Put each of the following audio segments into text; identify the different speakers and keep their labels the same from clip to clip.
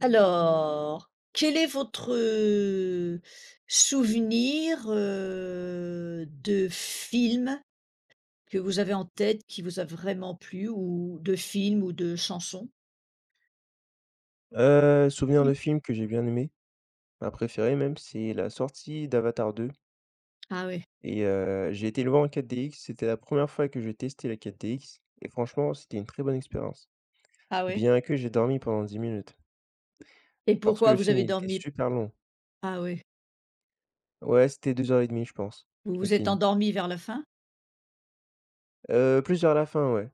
Speaker 1: Alors, quel est votre souvenir, de film que vous avez en tête qui vous a vraiment plu ou de film ou de chanson?
Speaker 2: Souvenir
Speaker 1: Mmh.
Speaker 2: de film que j'ai bien aimé, ma préférée même, c'est la sortie d'Avatar 2
Speaker 1: Ah oui.
Speaker 2: et j'ai été le voir en 4DX. C'était la première fois que je testais la 4DX et franchement, c'était une très bonne expérience.
Speaker 1: Ah oui,
Speaker 2: Bien que j'ai dormi pendant 10 minutes
Speaker 1: et
Speaker 2: parce que
Speaker 1: pourquoi
Speaker 2: le
Speaker 1: vous
Speaker 2: film,
Speaker 1: avez
Speaker 2: il était
Speaker 1: dormi?
Speaker 2: super long.
Speaker 1: Ah oui,
Speaker 2: Ouais, c'était 2 heures et demie, je pense,
Speaker 1: vous
Speaker 2: le
Speaker 1: vous êtes
Speaker 2: film.
Speaker 1: endormi vers la fin?
Speaker 2: Plus vers la fin, ouais,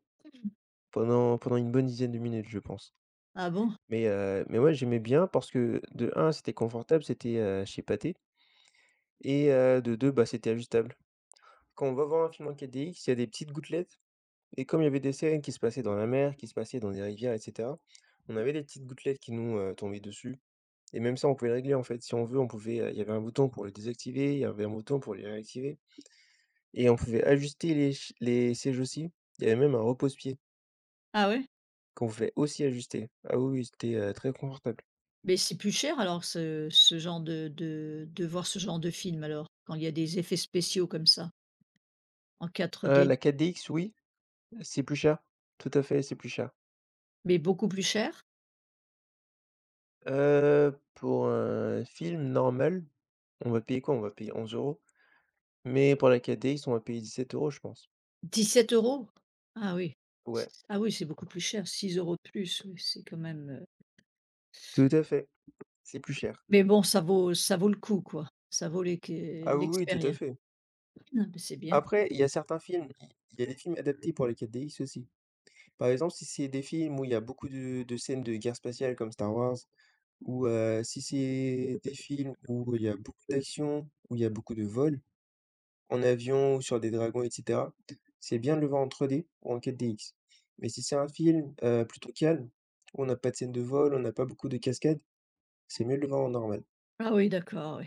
Speaker 2: pendant une bonne dizaine de minutes, je pense.
Speaker 1: Ah bon?
Speaker 2: Mais ouais, j'aimais bien parce que de un, c'était confortable, c'était chez Pathé et de 2, bah, c'était ajustable. Quand on va voir un film en 4DX, il y a des petites gouttelettes. Et comme il y avait des scènes qui se passaient dans la mer, qui se passaient dans des rivières, et cetera, on avait des petites gouttelettes qui nous tombaient dessus et même ça, on pouvait le régler, en fait. Si on veut, il y avait un bouton pour les désactiver, il y avait un bouton pour les réactiver et on pouvait ajuster les sièges aussi. Il y avait même un repose-pied
Speaker 1: Ah oui.
Speaker 2: qu'on pouvait aussi ajuster. Ah oui, oui, c'était très confortable.
Speaker 1: Mais c'est plus cher alors ce genre de voir ce genre de film alors, quand il y a des effets spéciaux comme ça en quatre
Speaker 2: Heu,
Speaker 1: d
Speaker 2: la 4DX, oui, c'est plus cher. Tout à fait, c'est plus cher.
Speaker 1: Mais beaucoup plus cher?
Speaker 2: Pour un film normal, on va payer quoi? On va payer 11 euros. Mais pour la 4DX, on va payer 17 euros, je pense.
Speaker 1: 17 euros. Ah oui, c
Speaker 2: Ouais.
Speaker 1: ah oui, c'est beaucoup plus cher, 6 euros de plus, oui, c'est quand même.
Speaker 2: Tout à fait, c'est plus cher.
Speaker 1: Mais bon, ça vaut le coup, quoi. Ça vaut l'é que.
Speaker 2: Ah oui, oui, tout à fait.
Speaker 1: Ah bah, c'est bien.
Speaker 2: Après, il y a certains films, il y a des films adaptés pour les 4DX aussi. Par exemple, si c'est des films où il y a beaucoup de scènes de guerre spatiale comme Star Wars, ou si c'est des films où il y a beaucoup d'action, où il y a beaucoup de vols, en avion, ou sur des dragons, etc., c'est bien de le voir en 3D ou en 4DX. Mais si c'est un film plutôt calme, où on n'a pas de scène de vol, on n'a pas beaucoup de cascades, c'est mieux de le voir en normal.
Speaker 1: Ah oui, d'accord, oui,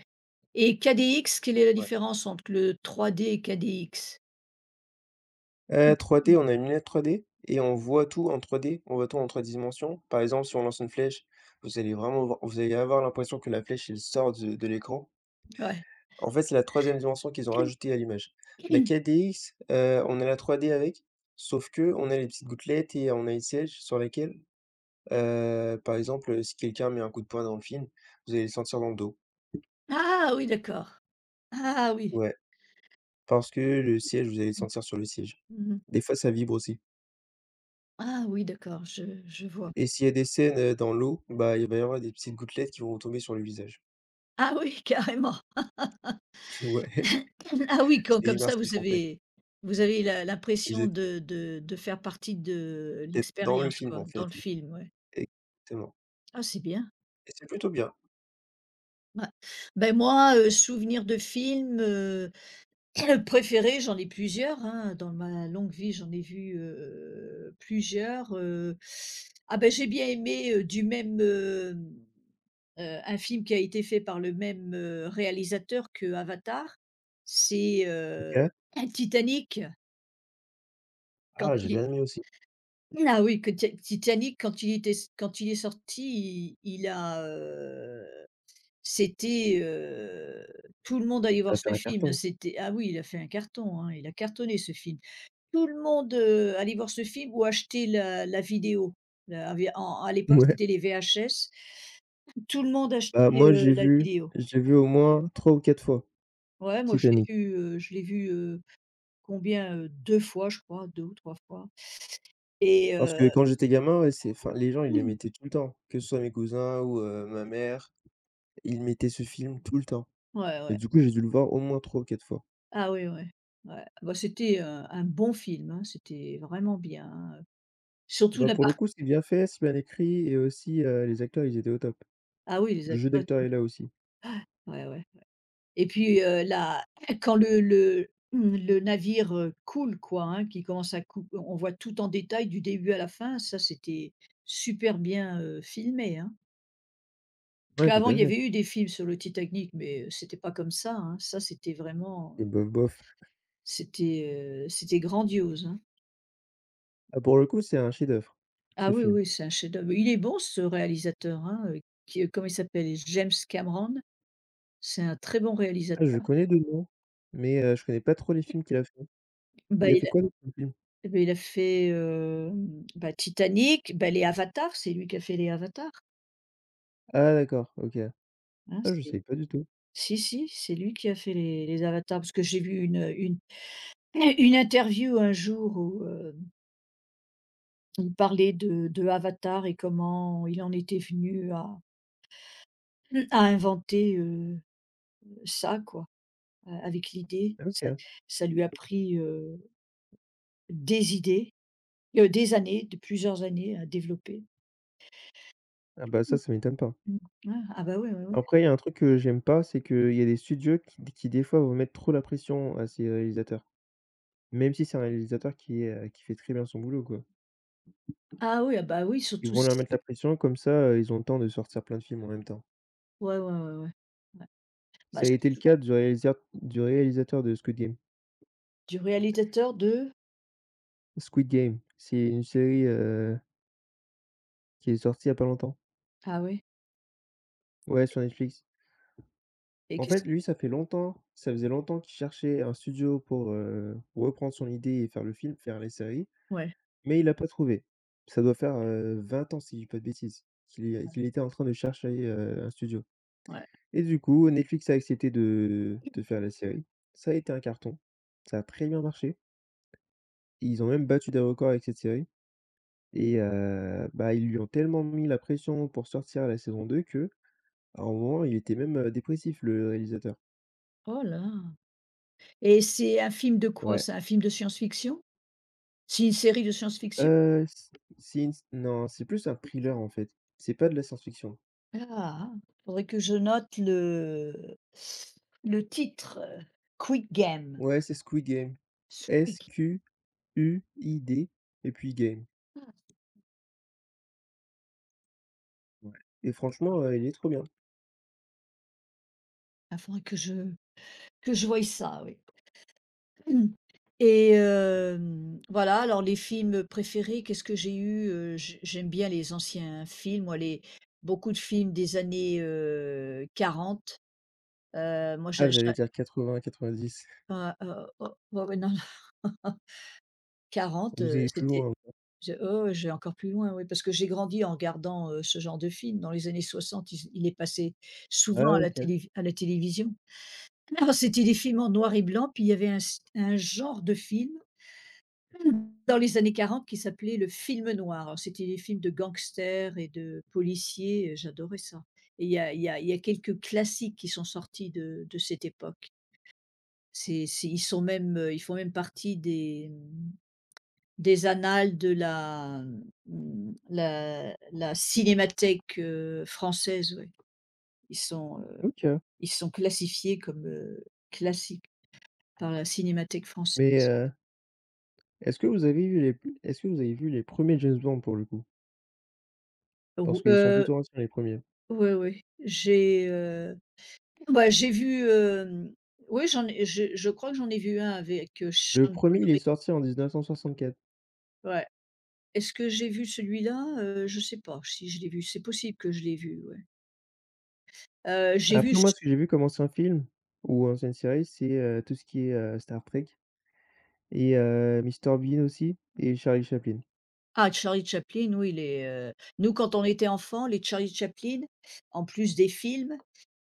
Speaker 1: et K D X, quelle est la différence entre le 3D et K D KDX?
Speaker 2: 3D, on a une lunette 3D et on voit tout en 3D, on voit tout en 3 dimensions. Par exemple, si on lance une flèche, vous allez avoir l'impression que la flèche, elle sort de l'écran.
Speaker 1: Ouais.
Speaker 2: En fait, c'est la troisième dimension qu'ils ont
Speaker 1: Mm,
Speaker 2: rajoutée à l'image. La
Speaker 1: mm.
Speaker 2: 4DX, on a la 3D avec, sauf que on a les petites gouttelettes et on a une siège sur laquelle, par exemple, si quelqu'un met un coup de poing dans le film, vous allez le sentir dans le dos.
Speaker 1: Ah oui, d'accord. Ah oui.
Speaker 2: Ouais, parce que le siège, vous allez le sentir sur le siège.
Speaker 1: Mmh.
Speaker 2: Des fois, ça vibre aussi.
Speaker 1: Ah oui, d'accord, je vois.
Speaker 2: Et s'il y a des scènes, dans l'eau, bah, il va y avoir des petites gouttelettes qui vont tomber sur le visage.
Speaker 1: Ah oui, carrément.
Speaker 2: Ouais,
Speaker 1: Ah oui, com
Speaker 2: c'est
Speaker 1: comme ça vous
Speaker 2: immersif, en fait.
Speaker 1: avez vous avez la
Speaker 2: Vous
Speaker 1: l'impression
Speaker 2: êtes
Speaker 1: de faire partie de
Speaker 2: peut-être dans le
Speaker 1: l'expérience
Speaker 2: film,
Speaker 1: quoi,
Speaker 2: en
Speaker 1: dans
Speaker 2: fait.
Speaker 1: le film, ouais.
Speaker 2: Exactement,
Speaker 1: Ah c'est bien.
Speaker 2: et c'est plutôt bien.
Speaker 1: Ouais. Ben moi, souvenir de film, préféré, j'en ai plusieurs, hein, dans ma longue vie, j'en ai vu, plusieurs. Ah ben, j'ai bien aimé, un film qui a été fait par le même réalisateur que Avatar, c'est,
Speaker 2: Ouais.
Speaker 1: Titanic, quand
Speaker 2: Ah, j'ai
Speaker 1: il est.
Speaker 2: bien aimé aussi.
Speaker 1: Ah oui, que Ti Titanic quand il était, quand il est sorti, il a, c'était, tout le monde allait
Speaker 2: Ça
Speaker 1: voir
Speaker 2: va faire
Speaker 1: ce
Speaker 2: un
Speaker 1: film, hein,
Speaker 2: carton.
Speaker 1: c'était ah oui, il a fait un carton, hein, il a cartonné ce film. Tout le monde, allait voir ce film ou acheter la vidéo. La V en À l'époque,
Speaker 2: Ouais.
Speaker 1: c'était les VHS. Tout le monde
Speaker 2: Bah,
Speaker 1: achetait,
Speaker 2: moi,
Speaker 1: heu,
Speaker 2: j'ai
Speaker 1: la
Speaker 2: vu
Speaker 1: vidéo.
Speaker 2: j'ai vu au moins 3 ou 4 fois
Speaker 1: Ouais, moi je l'ai
Speaker 2: Titanic.
Speaker 1: vu, je l'ai vu, combien, 2 fois je crois, 2 ou 3 fois et
Speaker 2: Parce que quand j'étais gamin, ouais, c'est enfin, les gens, ils les mettaient tout le temps, que ce soit mes cousins ou ma mère, ils mettaient ce film tout le temps
Speaker 1: ouais,
Speaker 2: et
Speaker 1: ouais.
Speaker 2: du coup, j'ai dû le voir au moins 3 ou 4 fois.
Speaker 1: Ah oui, ouais. Ouais. Bah, c'était, un bon film, hein, c'était vraiment bien, hein, surtout
Speaker 2: Bah,
Speaker 1: la
Speaker 2: pour le
Speaker 1: partie.
Speaker 2: coup, c'est bien fait, c'est bien écrit et aussi, les acteurs, ils étaient au top.
Speaker 1: Ah oui, les
Speaker 2: Le jeu
Speaker 1: acteurs
Speaker 2: d'acteur
Speaker 1: étaient,
Speaker 2: est là aussi.
Speaker 1: ouais, ouais. Et puis, la quand le mmh, le navire, coule quoi, hein, qui commence à cou, on voit tout en détail du début à la fin, ça c'était super bien, filmé, hein. Parce
Speaker 2: Ouais, tout
Speaker 1: qu'avant
Speaker 2: à
Speaker 1: il y
Speaker 2: fait.
Speaker 1: avait eu des films sur le Titanic mais, c'était pas comme ça, hein. Ça c'était vraiment
Speaker 2: Et bof bof.
Speaker 1: c'était, c'était grandiose, hein.
Speaker 2: Ah pour le coup, c'est un chef-d'œuvre,
Speaker 1: Ah
Speaker 2: ce
Speaker 1: oui,
Speaker 2: film.
Speaker 1: oui, c'est un chef-d'œuvre. Il est bon ce réalisateur, hein, qui, comment il s'appelle? James Cameron. C'est un très bon
Speaker 2: Ah je
Speaker 1: réalisateur.
Speaker 2: connais de nom, mais je connais pas trop les films qu'il a fait.
Speaker 1: Bah,
Speaker 2: Il a
Speaker 1: il
Speaker 2: fait
Speaker 1: a,
Speaker 2: quoi d'autre comme film?
Speaker 1: il a fait, Titanic, bah, les Avatars, c'est lui qui a fait les Avatars,
Speaker 2: Ah d'accord, OK.
Speaker 1: hein,
Speaker 2: Ah je
Speaker 1: c'est.
Speaker 2: savais pas du tout.
Speaker 1: Si, si, c'est lui qui a fait les Avatars parce que j'ai vu une une interview un jour où, il parlait de Avatar et comment il en était venu à inventer, ça quoi, a avec l'idée. Ça
Speaker 2: OK.
Speaker 1: ça lui a pris, des idées, des années, de plusieurs années à développer.
Speaker 2: Ah bah ça,
Speaker 1: Mmh
Speaker 2: ça m'étonne pas.
Speaker 1: mh. Ouais, ah bah, oui, oui, oui.
Speaker 2: Après, il y a un truc que j'aime pas, c'est qu'il y a des studios qui des fois vont mettre trop la pression à ces réalisateurs. Même si c'est un réalisateur qui fait très bien son boulot quoi.
Speaker 1: Ah oui, ah bah, oui,
Speaker 2: Ils
Speaker 1: surtout
Speaker 2: vont leur
Speaker 1: si,
Speaker 2: mettre la pression comme ça, ils ont le temps de sortir plein de films en même temps.
Speaker 1: ouais, ouais, ouais, ouais. Ouais. Bah,
Speaker 2: Ça a été le
Speaker 1: surtout
Speaker 2: cas du réalisateur de Squid Game.
Speaker 1: du réalisateur de?
Speaker 2: Squid Game, c'est une série, qui est sortie il y a pas longtemps.
Speaker 1: Ah oui,
Speaker 2: Ouais, sur Netflix.
Speaker 1: et
Speaker 2: En
Speaker 1: qu'est-ce,
Speaker 2: fait, lui, ça faisait longtemps qu'il cherchait un studio pour, reprendre son idée et faire le film, faire les séries,
Speaker 1: ouais,
Speaker 2: mais il a pas trouvé. Ça doit faire, 20 ans, si je dis pas de bêtises,
Speaker 1: ouais,
Speaker 2: qu'il était en train de chercher, un studio
Speaker 1: ouais.
Speaker 2: et du coup, Netflix a accepté de faire la série. Ça a été un carton. Ça a très bien marché. Ils ont même battu des records avec cette série et bah, ils lui ont tellement mis la pression pour sortir la saison 2 que à un moment, il était même, dépressif le réalisateur.
Speaker 1: Oh là! Et c'est un film de quoi
Speaker 2: Ouais,
Speaker 1: ça? Un film de science-fiction? C'est une série de science-fiction?
Speaker 2: heu, c c'est une non, c'est plus un thriller en fait. C'est pas de la science-fiction.
Speaker 1: Ah! Faudrait que je note le titre, Quick Game.
Speaker 2: Ouais, c'est Squid Game.
Speaker 1: Squeak.
Speaker 2: Squid et puis Game. Ouais et franchement, il est trop bien.
Speaker 1: Ah, faudrait que je voie ça, oui. Et hem, voilà, alors les films préférés, qu'est-ce que j'ai eu? J j'aime bien les anciens films, moi les, beaucoup de films des années, 40. Moi j'a
Speaker 2: Ah, j'allais
Speaker 1: j'a
Speaker 2: dire 80-90.
Speaker 1: oh, Ouais, ouais, non, non. 40,
Speaker 2: Vous allez plus
Speaker 1: c'était,
Speaker 2: loin.
Speaker 1: je oh, j'ai encore plus loin, oui, parce que j'ai grandi en regardant, ce genre de film. Dans les années 60, il est passé souvent
Speaker 2: Ah
Speaker 1: à la
Speaker 2: OK,
Speaker 1: télé, à la télévision. Alors, c'était des films en noir et blanc, puis il y avait un genre de film. Dans les années 40 qui s'appelait le film noir. Alors c'était des films de gangsters et de policiers, j'adorais ça. Et il y a quelques classiques qui sont sortis de cette époque. C'est Ils sont même, ils font même partie des, mmh, des annales de la, mmh, la cinémathèque, française, ouais. Ils sont,
Speaker 2: OK.
Speaker 1: ils sont classifiés comme, classiques par la cinémathèque française.
Speaker 2: Mais, est-ce que vous avez vu les est-ce que vous avez vu les premiers James Bond pour le coup? Parce
Speaker 1: Ou
Speaker 2: qu'ils sont plutôt anciens les premiers.
Speaker 1: ouais, ouais, j'ai, heu. Bah, j'ai vu, hem, oui, j'en ai je crois que j'en ai vu un avec,
Speaker 2: Le
Speaker 1: Sean
Speaker 2: premier, il est
Speaker 1: Connery,
Speaker 2: sorti en 1964.
Speaker 1: ouais. Est-ce que j'ai vu celui-là? Je sais pas si je l'ai vu, c'est possible que je l'ai vu, ouais. J'ai
Speaker 2: Après
Speaker 1: vu ch,
Speaker 2: moi, ce que j'ai vu comme ancien film ou ancienne série, c'est, tout ce qui est, Star Trek et Mr Bean aussi et Charlie Chaplin.
Speaker 1: ah, Charlie Chaplin, oui, les, nous, quand on était enfant, les Charlie Chaplin, en plus des films,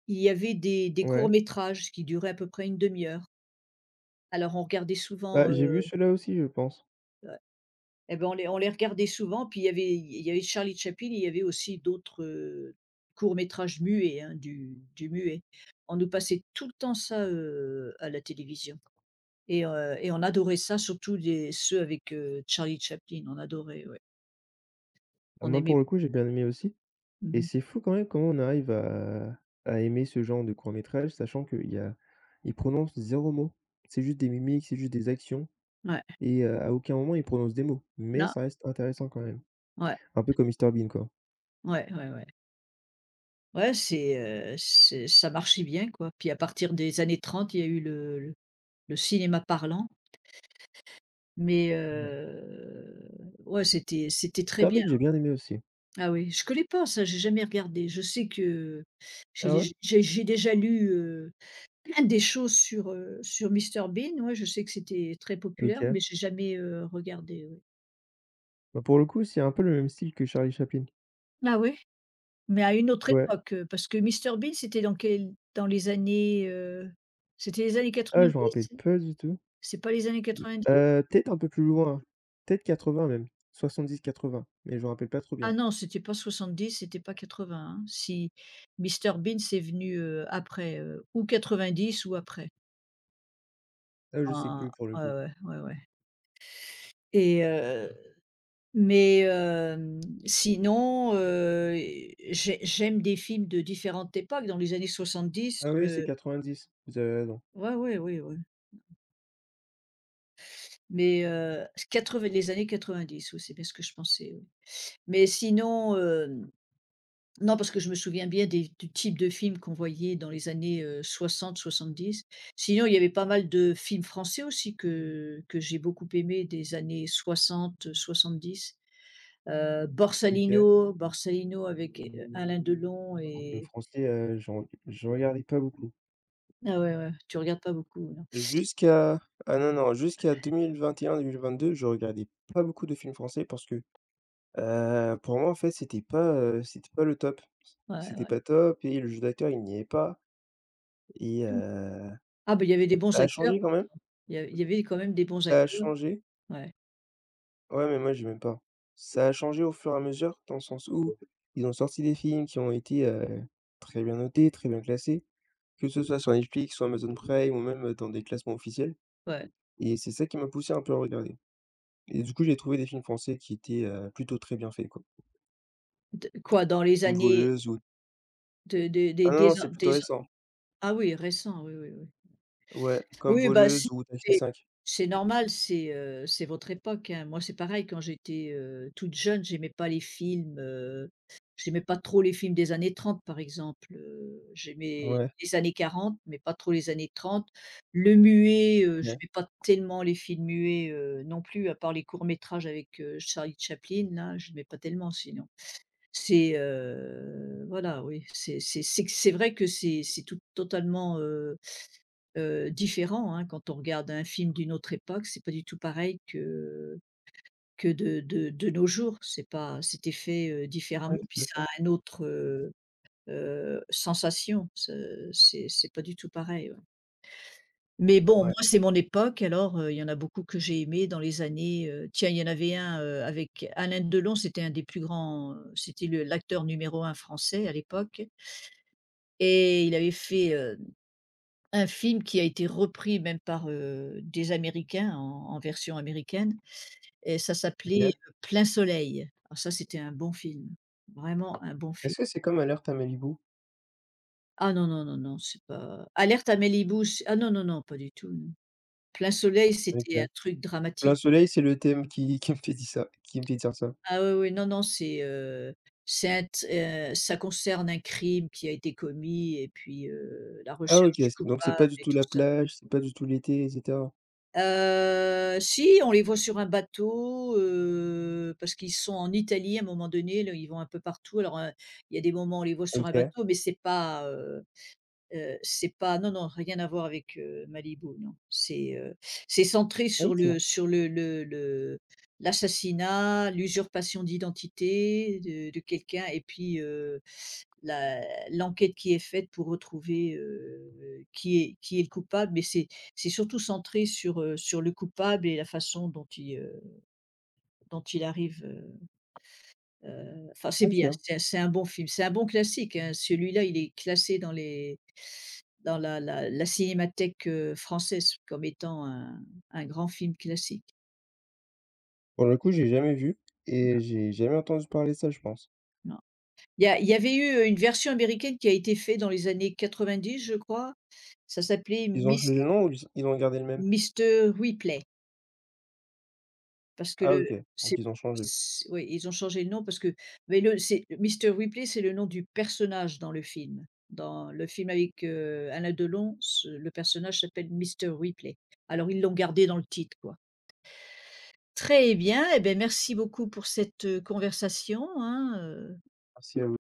Speaker 1: il y avait des courts
Speaker 2: Ouais,
Speaker 1: métrages qui duraient à peu près une demi heure. Alors on regardait
Speaker 2: bah,
Speaker 1: souvent,
Speaker 2: j'ai vu
Speaker 1: heu.
Speaker 2: ceux-là aussi, je pense.
Speaker 1: Et ben, on les regardait souvent, puis il y avait Charlie Chaplin, il y avait aussi d'autres, courts-métrages muets, hein, du muet. On nous passait tout le temps ça, à la télévision et heu, et on adorait ça, surtout les ceux avec, Charlie Chaplin, on adorait, ouais.
Speaker 2: Bah,
Speaker 1: On
Speaker 2: moi, pour
Speaker 1: aimait,
Speaker 2: le coup, j'ai bien aimé aussi et
Speaker 1: mmh.
Speaker 2: c'est fou quand même comment on arrive à aimer ce genre de court métrage, sachant qu'il y a ils prononcent zéro mot. C'est juste des mimiques, c'est juste des actions
Speaker 1: Ouais.
Speaker 2: et à aucun moment ils prononcent des mots, mais
Speaker 1: Non,
Speaker 2: ça reste intéressant quand même.
Speaker 1: ouais,
Speaker 2: Un peu comme Mister Bean, quoi.
Speaker 1: ouais, ouais, ouais. Ouais, c'est, c'est, ça marchait bien, quoi. Puis à partir des années 30, il y a eu le cinéma parlant, mais
Speaker 2: Ouais.
Speaker 1: ouais, c'était c'était très
Speaker 2: Star
Speaker 1: bien.
Speaker 2: Beat, j'ai bien aimé aussi.
Speaker 1: Ah oui, je connais pas ça, j'ai jamais regardé. Je sais que
Speaker 2: Ah ouais?
Speaker 1: j'ai déjà lu, des choses sur, sur Mister Bean, ouais, je sais que c'était très populaire,
Speaker 2: OK.
Speaker 1: mais j'ai jamais, regardé, oui.
Speaker 2: Bah, pour le coup, c'est un peu le même style que Charlie Chaplin.
Speaker 1: Ah oui, mais à une autre
Speaker 2: Ouais.
Speaker 1: époque, parce que Mister Bean, c'était dans quel, dans les années, c'était les années
Speaker 2: Ah, je me rappelle
Speaker 1: 90.
Speaker 2: pas du tout.
Speaker 1: C'est pas les années 90.
Speaker 2: Peut-être un peu plus loin, peut-être 80 même, 70-80, mais je me rappelle pas trop
Speaker 1: Ah
Speaker 2: bien.
Speaker 1: non, c'était pas 70, c'était pas 80, hein. Si, Mister Bean, c'est venu, après, ou dix ou après.
Speaker 2: Là, je sais
Speaker 1: Ah,
Speaker 2: plus pour le
Speaker 1: ouais,
Speaker 2: coup.
Speaker 1: ouais, ouais, ouais. Et mais hem, sinon, j'aime des films de différentes époques. Dans les années 70,
Speaker 2: Ah oui, c'est
Speaker 1: heu,
Speaker 2: 90, vous avez raison.
Speaker 1: ouais, ouais, oui, oui. Mais s 80, les années dix, oui, c'est bien ce que je pensais, oui. Mais sinon, hem, non, parce que je me souviens bien des, du type de films qu'on voyait dans les années, soixante, soixante-dix. Sinon, il y avait pas mal de films français aussi que j'ai beaucoup aimé des années soixante, soixante-dix.
Speaker 2: OK.
Speaker 1: Borsalino, Borsalino avec, Alain Delon,
Speaker 2: Un film
Speaker 1: et
Speaker 2: français, j'en je regardais pas beaucoup.
Speaker 1: ah ouais, ouais, tu regardes pas beaucoup, non.
Speaker 2: Jusqu'à Ah non, non, jusqu'à 2021-2022, je regardais pas beaucoup de films français parce que, pour moi, en fait, c'était pas le top.
Speaker 1: Ouais,
Speaker 2: C'était
Speaker 1: ouais.
Speaker 2: pas top et le jeu d'acteur, il n'y est pas et
Speaker 1: Mmh.
Speaker 2: heu,
Speaker 1: Ah ben il y avait des
Speaker 2: ça
Speaker 1: bons
Speaker 2: a
Speaker 1: acteurs,
Speaker 2: changé quand même,
Speaker 1: il y avait quand même des bons
Speaker 2: ça a
Speaker 1: acteurs.
Speaker 2: changé.
Speaker 1: Ouais,
Speaker 2: Ouais, mais moi, j'aimais pas. Ça a changé au fur et à mesure dans le sens où ils ont sorti des films qui ont été, très bien notés, très bien classés, que ce soit sur Netflix, sur Amazon Prime ou même, dans des classements officiels
Speaker 1: ouais.
Speaker 2: et c'est ça qui m'a poussé un peu à regarder. Et du coup, j'ai trouvé des films français qui étaient, plutôt très bien faits, quoi.
Speaker 1: De quoi? Dans les
Speaker 2: Comme
Speaker 1: années
Speaker 2: Voleuse ou
Speaker 1: de
Speaker 2: ah non, non, c'est plutôt
Speaker 1: des an
Speaker 2: récent.
Speaker 1: ah oui, récents, oui, oui, oui.
Speaker 2: Ouais, comme
Speaker 1: Oui, bah,
Speaker 2: Voleuse ou Taxi
Speaker 1: c'est
Speaker 2: 5.
Speaker 1: c'est normal, c'est, c'est votre époque, hein. Moi, c'est pareil quand j'étais, toute jeune, j'aimais pas les films, j'aimais pas trop les films des années 30, par exemple, j'aimais
Speaker 2: Ouais,
Speaker 1: les années 40, mais pas trop les années 30. Le muet,
Speaker 2: ouais,
Speaker 1: j'aimais pas tellement les films muets, non plus, à part les courts métrages avec, Charlie Chaplin, là, j'aimais pas tellement sinon. C'est, voilà, oui, c'est vrai que c'est tout totalement, euh, différents, hein. Quand on regarde un film d'une autre époque, c'est pas du tout pareil que de nos jours. C'est pas, c'était fait, différemment,
Speaker 2: ouais,
Speaker 1: puis
Speaker 2: tout à
Speaker 1: ça a
Speaker 2: fait.
Speaker 1: une autre, heu, sensation. Ce C'est pas du tout pareil, ouais. Mais bon,
Speaker 2: Ouais,
Speaker 1: moi, c'est mon époque, alors, il y en a beaucoup que j'ai aimé dans les années, heu, tiens, il y en avait un, avec Alain Delon, c'était un des plus grands, c'était le l'acteur numéro un français à l'époque, et il avait fait, un film qui a été repris même par, des Américains en en version américaine, et ça s'appelait,
Speaker 2: OK.
Speaker 1: heu, Plein Soleil. Ah ça c'était un bon film, vraiment un bon film.
Speaker 2: Est-ce que c'est comme Alerte à Malibu?
Speaker 1: Ah non, non, non, non, c'est pas Alerte à Malibu, c ah non, non, non, pas du tout, non. Plein Soleil
Speaker 2: OK.
Speaker 1: c'était un truc
Speaker 2: Plein
Speaker 1: dramatique.
Speaker 2: soleil, c'est le thème qui qui me fait dire ça.
Speaker 1: Ah oui, oui, non, non, c'est, c'est un t ça concerne un crime qui a été commis et puis, la
Speaker 2: Ah OK,
Speaker 1: recherche du
Speaker 2: c'est pas
Speaker 1: coupable
Speaker 2: du
Speaker 1: et
Speaker 2: tout
Speaker 1: tout
Speaker 2: la
Speaker 1: ça.
Speaker 2: plage, c'est pas du tout l'été et cetera.
Speaker 1: Si, on les voit sur un bateau, parce qu'ils sont en Italie à un moment donné, là, ils vont un peu partout. Alors, il y a des moments où on les voit sur un
Speaker 2: OK,
Speaker 1: bateau, mais c'est pas, heu, c'est pas non, non, rien à voir avec, Malibu, non. C'est, c'est centré sur
Speaker 2: OK,
Speaker 1: le, sur le l'assassinat, l'usurpation d'identité de quelqu'un, et puis, heu, la l'enquête qui est faite pour retrouver, qui est le coupable, mais c'est surtout centré sur, sur le coupable et la façon dont il, dont il arrive, heu, enfin c'est bien,
Speaker 2: OK.
Speaker 1: c'est un bon film, c'est un bon classique, hein. Celui-là, il est classé dans les, dans la cinémathèque, française comme étant un grand film classique.
Speaker 2: Pour le coup, j'ai jamais vu et j'ai jamais entendu parler de ça, je pense.
Speaker 1: Non. Il y a, il y avait eu une version américaine qui a été faite dans les années 90, je crois. Ça s'appelait
Speaker 2: Ils ont
Speaker 1: Mis,
Speaker 2: changé le nom ou ils ont gardé le même?
Speaker 1: Mister Ripley. Parce que
Speaker 2: Ah
Speaker 1: le
Speaker 2: OK, donc
Speaker 1: c'est,
Speaker 2: ils ont changé.
Speaker 1: c oui, ils ont changé le nom parce que, mais le c'est Mr Ripley, c'est le nom du personnage dans le film. Dans le film avec, Alain Delon, ce, le personnage s'appelle Mr Ripley. Alors ils l'ont gardé dans le titre, quoi. Très bien, et beh, merci beaucoup pour cette, conversation, hein, heu
Speaker 2: Merci à